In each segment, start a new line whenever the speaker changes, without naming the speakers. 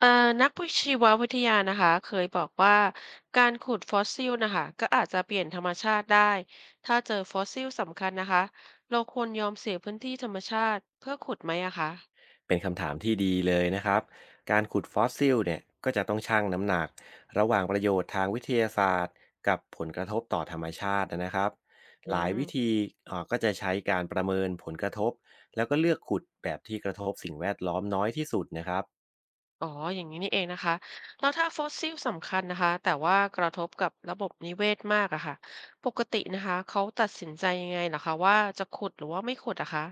เอ่อนักวิชีววิทยานะคะเคยบอกว่าการขุดฟอสซิลนะคะก็อาจจะเปลี่ยนธรรมชาติได้ถ้าเจอฟอสซิลสำคัญนะคะเราควรยอมเสียพื้นที่ธรรมชาติเพื่อขุดไหมอะคะ
เป็นคำถามที่ดีเลยนะครับ การขุดฟอสซิลเนี่ยก็จะต้องชั่งน้ำหนักระหว่างประโยชน์ทางวิทยาศาสตร์กับผลกระทบต่อธรรมชาตินะครับ
อื
หลายวิธี
ม
ก็จะใช้การประเมินผลกระทบแล้วก็เลือกขุดแบบที่กระทบสิ่งแวดล้อมน้อยที่สุดนะครับ
อ๋ออย่างนี้นี่เองนะคะแล้วถ้าฟอสซิลสำคัญนะคะแต่ว่ากระทบกับระบบนิเวศมากอะค่ะปกตินะคะเขาตัดสินใจยังไงเหรอคะว่าจะขุดหรือว่าไม่ขุดอะคะ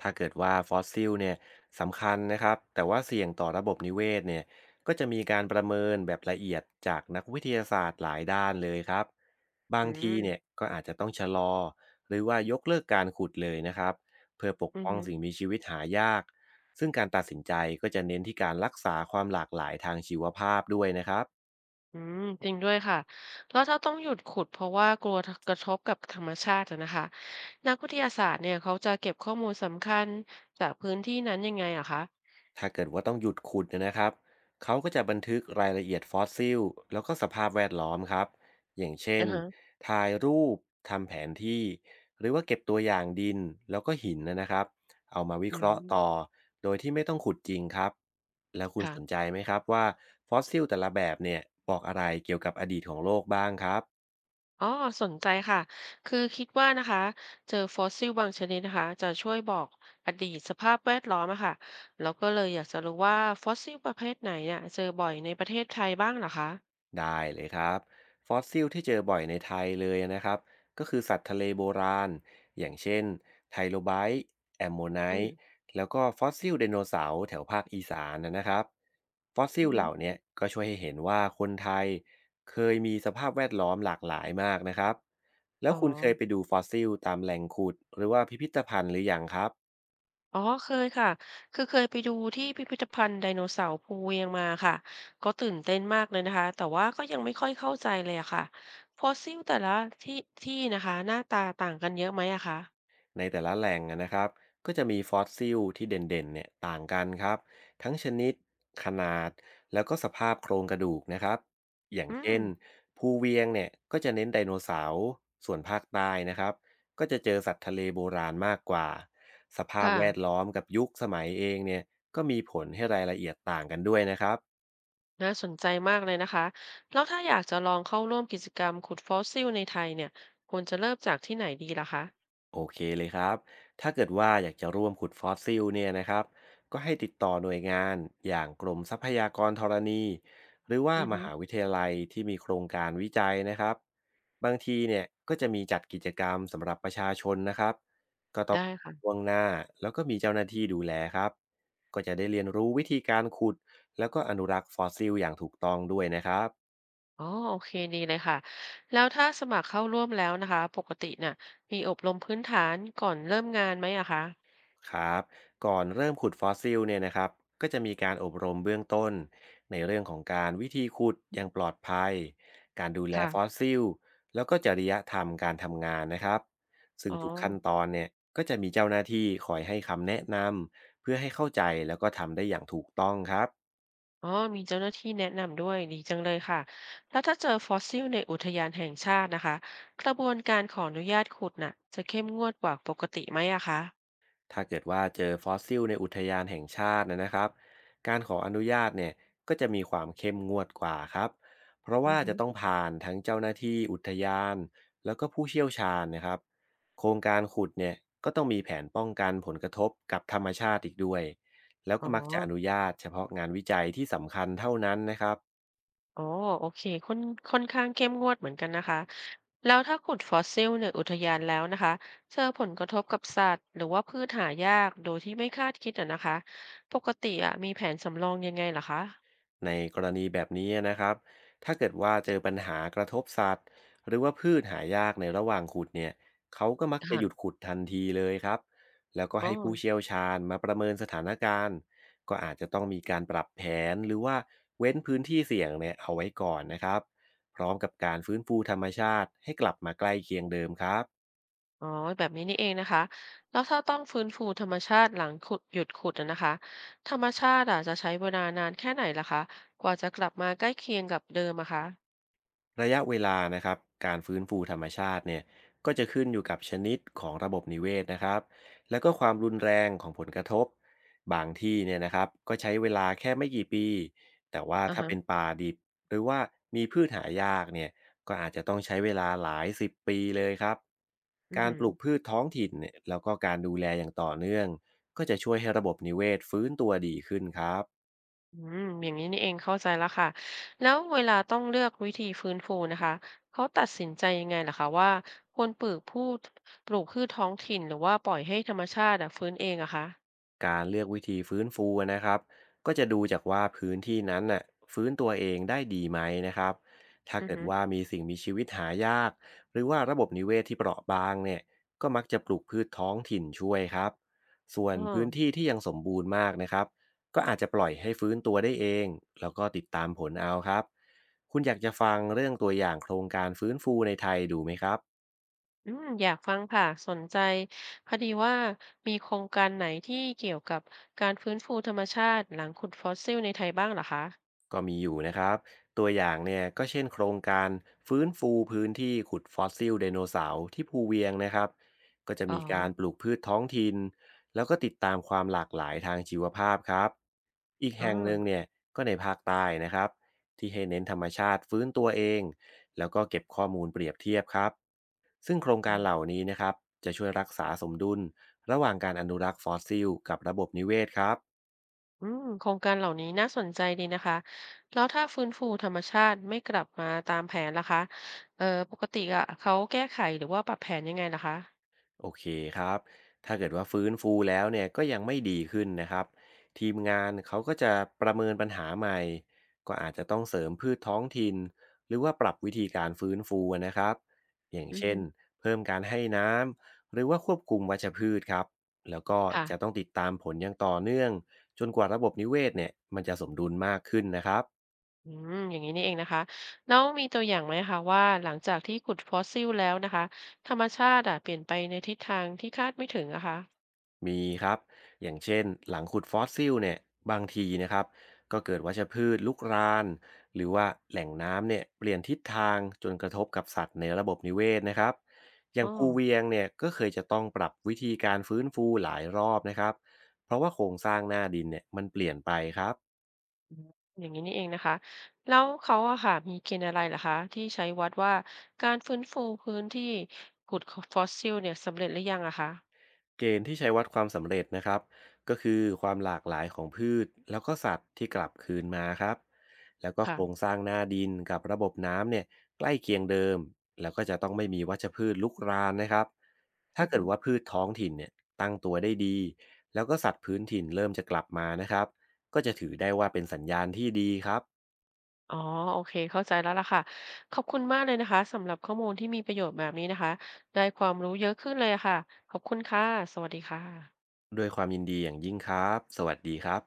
ถ้าเกิดว่าฟอสซิลเนี่ยสำคัญนะครับแต่ว่าเสี่ยงต่อระบบนิเวศเนี่ยก็จะมีการประเมินแบบละเอียดจากนักวิทยาศาสตร์หลายด้านเลยครับบา
อื
งทีเนี่ย
ม
ก็อาจจะต้องชะลอหรือว่ายกเลิกการขุดเลยนะครับเพื่อปก
อื
ป้อง
อ
สิ่งมีชีวิตหายากซึ่งการตัดสินใจก็จะเน้นที่การรักษาความหลากหลายทางชีวภาพด้วยนะครับ
อืมจริงด้วยค่ะแล้วถ้าต้องหยุดขุดเพราะว่ากลัวกระทบกับธรรมชาติอะนะคะนักวิทยาศาสตร์เนี่ยเขาจะเก็บข้อมูลสำคัญจากพื้นที่นั้นยังไงอะคะ
ถ้าเกิดว่าต้องหยุดขุดเนยนะครับเขาก็จะบันทึกรายละเอียดฟอสซิลแล้วก็สภาพแวดล้อมครับ อย่างเช่
อื
น
อฮะ
ถ่ายรูปทำแผนที่หรือว่าเก็บตัวอย่างดินแล้วก็หินนะครับ เอามาวิ
อื
เคราะห์ต่อ
ม
โดยที่ไม่ต้องขุดจริงครับ แล้วคุณสน
ค่ะ
ใจไหมครับว่าฟอสซิลแต่ละแบบเนี่ยบอกอะไรเกี่ยวกับอดีตของโลกบ้างครับ
อ๋อสนใจค่ะคือคิดว่านะคะเจอฟอสซิลบางชนิดนะคะจะช่วยบอกอดีตสภาพแวดล้อมอะค่ะแล้วก็เลยอยากจะรู้ว่าฟอสซิลประเภทไหนเนี่ยเจอบ่อยในประเทศไทยบ้างเหรอคะ
ได้เลยครับฟอสซิลที่เจอบ่อยในไทยเลยนะครับก็คือสัตว์ทะเลโบราณอย่างเช่นไทโลไบต์แอมโมไน
อืม
ต์แล้วก็ฟอสซิลไดโนเสาร์แถวภาคอีสานนะครับฟอสซิ
อื
ล
อฮึ
เหล่าเนี้ยก็ช่วยให้เห็นว่าคนไทยเคยมีสภาพแวดล้อมหลากหลายมากนะครับแล้
อ๋
ว
อ
คุณเคยไปดูฟอสซิลตามแหล่งขุดหรือว่าพิพิธภัณฑ์หรือยังครับ
อ๋อเคยค่ะคือเคยไปดูที่พิพิธภัณฑ์ไดโนเสาร์ภูเวียงมาค่ะก็ตื่นเต้นมากเลยนะคะแต่ว่าก็ยังไม่ค่อยเข้าใจเลยอะค่ะฟอสซิลแต่ละที่ที่นะคะหน้าตาต่างกันเยอะไหมอะคะ
ในแต่ละแหล่งอะนะครับก็จะมีฟอสซิลที่เด่นๆเนี่ยต่างกันครับทั้งชนิดขนาดแล้วก็สภาพโครงกระดูกนะครับอย่าง
อืม
เช่นภูเวียงเนี่ยก็จะเน้นไดโนเสาร์ส่วนภาคใต้นะครับก็จะเจอสัตว์ทะเลโบราณมากกว่าสภาพ
ค่ะ
แวดล้อมกับยุคสมัยเองเนี่ยก็มีผลให้รายละเอียดต่างกันด้วยนะครับ
น่าสนใจมากเลยนะคะแล้วถ้าอยากจะลองเข้าร่วมกิจกรรมขุดฟอสซิลในไทยเนี่ยควรจะเริ่มจากที่ไหนดีล่ะคะ
โอเคเลยครับถ้าเกิดว่าอยากจะร่วมขุดฟอสซิลเนี่ยนะครับก็ให้ติดต่อหน่วยงานอย่างกรมทรัพยากรธรณีหรือว่า
อือ
ม
ฮึ
หาวิทยาลัยที่มีโครงการวิจัยนะครับบางทีเนี่ยก็จะมีจัดกิจกรรมสำหรับประชาชนนะครับก็ต้อง
ได้ค่ะ
ล่วงหน้าแล้วก็มีเจ้าหน้าที่ดูแลครับก็จะได้เรียนรู้วิธีการขุดแล้วก็อนุรักษ์ฟอสซิลอย่างถูกต้องด้วยนะครับ
อ๋อโอเคดีเลยค่ะแล้วถ้าสมัครเข้าร่วมแล้วนะคะปกติเนี่ยมีอบรมพื้นฐานก่อนเริ่มงานไหมอะคะ
ครับก่อนเริ่มขุดฟอสซิลเนี่ยนะครับก็จะมีการอบรมเบื้องต้นในเรื่องของการวิธีขุดอย่างปลอดภัยการดูแลฟอส
ค่ะ
ซิลแล้วก็จริยธรรมการทำงานนะครับซึ่ง
อ๋อ
ทุกขั้นตอนเนี่ยก็จะมีเจ้าหน้าที่คอยให้คำแนะนำเพื่อให้เข้าใจแล้วก็ทำได้อย่างถูกต้องครับ
อ๋อมีเจ้าหน้าที่แนะนำด้วยดีจังเลยค่ะแล้วถ้าเจอฟอสซิลในอุทยานแห่งชาตินะคะกระบวนการขออนุญาตขุดน่ะจะเข้มงวดกว่าปกติไหมอะคะ
ถ้าเกิดว่าเจอฟอสซิลในอุทยานแห่งชาตินะครับการขออนุญาตเนี่ยก็จะมีความเข้มงวดกว่าครับเพราะ
อื
ว่า
อฮึ
จะต้องผ่านทั้งเจ้าหน้าที่อุทยานแล้วก็ผู้เชี่ยวชาญนะครับโครงการขุดเนี่ยก็ต้องมีแผนป้องกันผลกระทบกับธรรมชาติอีกด้วยแล้ว
อ๋
ก็
อ
มักจะอนุญาตเฉพาะงานวิจัยที่สำคัญเท่านั้นนะครับ
อ๋อโอเคค่อนค่อนข้างเข้มงวดเหมือนกันนะคะแล้วถ้าขุดฟอสซิลในอุทยานแล้วนะคะเจอผลกระทบกับสัตว์หรือว่าพืชหายากโดยที่ไม่คาดคิดอะนะคะปกติอะมีแผนสำรองยังไงเหรอคะ
ในกรณีแบบนี้นะครับถ้าเกิดว่าเจอปัญหากระทบสัตว์หรือว่าพืชหายากในระหว่างขุดเนี่ยเขาก็มักจะหยุด
ค่ะ
ขุดทันทีเลยครับแล้วก็
อ๋อ
ให้ผู้เชี่ยวชาญมาประเมินสถานการณ์ ก็อาจจะต้องมีการปรับแผนหรือว่าเว้นพื้นที่เสี่ยงเนี่ยเอาไว้ก่อนนะครับพร้อมกับการฟื้นฟูธรรมชาติให้กลับมาใกล้เคียงเดิมครับ
อ๋อแบบนี้นี่เองนะคะแล้วถ้าต้องฟื้นฟูธรรมชาติหลังขุดหยุดขุดอะนะคะธรรมชาติอาจจะใช้เวลานานแค่ไหนล่ะคะกว่าจะกลับมาใกล้เคียงกับเดิมอะคะ
ระยะเวลานะครับการฟื้นฟูธรรมชาติเนี่ยก็จะขึ้นอยู่กับชนิดของระบบนิเวศนะครับแล้วก็ความรุนแรงของผลกระทบบางที่เนี่ยนะครับก็ใช้เวลาแค่ไม่กี่ปีแต่ว่า
อ่า
ถ้า
ฮะ
เป็นป่าดิบหรือว่ามีพืชหายากเนี่ยก็อาจจะต้องใช้เวลาหลายสิบปีเลยครับ
อือ
การ
หื
ป
อ
ลูกพืชท้องถิ่นเนี่ยแล้วก็การดูแลอย่างต่อเนื่องก็จะช่วยให้ระบบนิเวศฟื้นตัวดีขึ้นครับ
อืมอย่างนี้นี่เองเข้าใจแล้วค่ะแล้วเวลาต้องเลือกวิธีฟื้นฟูนะคะเขาตัดสินใจยังไงล่ะคะว่าควรปลูกพืชท้องถิ่นหรือว่าปล่อยให้ธรรมชาติอะฟื้นเองอะคะ
การเลือกวิธีฟื้นฟูนะครับก็จะดูจากว่าพื้นที่นั้นน่ะฟื้นตัวเองได้ดีไหมนะครับถ้า
อือ
เกิด
ฮึ
ว่ามีสิ่งมีชีวิตหายากหรือว่าระบบนิเวศที่เปราะบางเนี่ยก็มักจะปลูกพืชท้องถิ่นช่วยครับส่วน
อ๋อ
พื้นที่ที่ยังสมบูรณ์มากนะครับก็อาจจะปล่อยให้ฟื้นตัวได้เองแล้วก็ติดตามผลเอาครับคุณอยากจะฟังเรื่องตัวอย่างโครงการฟื้นฟูในไทยดูไหมครับ
อืมอยากฟังค่ะสนใจพอดีว่ามีโครงการไหนที่เกี่ยวกับการฟื้นฟูธรรมชาติหลังขุดฟอสซิลในไทยบ้างเหรอคะ
ก็มีอยู่นะครับตัวอย่างเนี่ยก็เช่นโครงการฟื้นฟูพื้นที่ขุดฟอสซิลไดโนเสาร์ที่ภูเวียงนะครับก็จะ
อ๋อ
มีการปลูกพืชท้องถิ่นแล้วก็ติดตามความหลากหลายทางชีวภาพครับอีกแห่งหนึ่ง
ออ
เนี่ยก็ในภาคใต้นะครับที่ให้เน้นธรรมชาติฟื้นตัวเองแล้วก็เก็บข้อมูลเปรียบเทียบครับซึ่งโครง
อื
การเหล่า
ม
นี้นะครับจะช่วยรักษาสมดุลระหว่างการอนุรักษ์ฟอสซิลกับระบบนิเวศครับ
อืมโครงการเหล่านี้น่าสนใจดีนะคะแล้วถ้าฟื้นฟูธรรมชาติไม่กลับมาตามแผนล่ะคะเอ่อปกติอ่ะเขาแก้ไขหรือว่าปรับแผนยังไงล่ะคะ
โอเคครับถ้าเกิดว่าฟื้นฟูแล้วเนี่ยก็ยังไม่ดีขึ้นนะครับทีมงานเขาก็จะประเมินปัญหาใหม่ก็อาจจะต้องเสริมพืชท้องถิ่นหรือว่าปรับวิธีการฟื้นฟูนะครับอย่าง
อือ
เช่น
ฮึ
เพิ่มการให้น้ำหรือว่าควบคุมวัชพืชครับแล้วก็
ค่ะ
จะต้องติดตามผลอย่างต่อเนื่องจนกว่าระบบนิเวศเนี่ยมันจะสมดุลมากขึ้นนะครับ
อืมอย่างนี้นี่เองนะคะแล้วมีตัวอย่างไหมคะว่าหลังจากที่ขุดฟอสซิลแล้วนะคะธรรมชาติอะเปลี่ยนไปในทิศทางที่คาดไม่ถึงอะคะ
มีครับอย่างเช่นหลังขุดฟอสซิลเนี่ยบางทีนะครับก็เกิดวัชพืชลุกรานหรือว่าแหล่งน้ำเนี่ยเปลี่ยนทิศทางจนกระทบกับสัตว์ในระบบนิเวศนะครับอย่า
อ๋อ
งภูเวียงเนี่ยก็เคยจะต้องปรับวิธีการฟื้นฟูหลายรอบนะครับเพราะว่าโครงสร้างหน้าดินเนี่ยมันเปลี่ยนไปครับ
อืมอย่างนี้นี่เองนะคะแล้วเขาอะค่ะมีเกณฑ์อะไรเหรอคะที่ใช้วัดว่าการฟื้นฟูพื้นที่ขุดฟอสซิลเนี่ยสำเร็จหรือยังอะคะ
เกณฑ์ที่ใช้วัดความสำเร็จนะครับก็คือความหลากหลายของพืชแล้วก็สัตว์ที่กลับคืนมาครับแล้วก็โค
ค่ะ
รงสร้างหน้าดินกับระบบน้ำเนี่ยใกล้เคียงเดิมแล้วก็จะต้องไม่มีวัชพืชลุกรานนะครับถ้า
อือ
เกิ
ฮึ
ดว่าพืชท้องถิ่นเนี่ยตั้งตัวได้ดีแล้วก็สัตว์พื้นถิ่นเริ่มจะกลับมานะครับก็จะถือได้ว่าเป็นสัญญาณที่ดีครับ
อ๋อโอเคเข้าใจแล้วล่ะค่ะขอบคุณมากเลยนะคะสำหรับข้อมูลที่มีประโยชน์แบบนี้นะคะได้ความรู้เยอะขึ้นเลยอะค่ะขอบคุณค่ะสวัสดีค่ะ
ด้วยความยินดีอย่างยิ่งครับสวัสดีครับ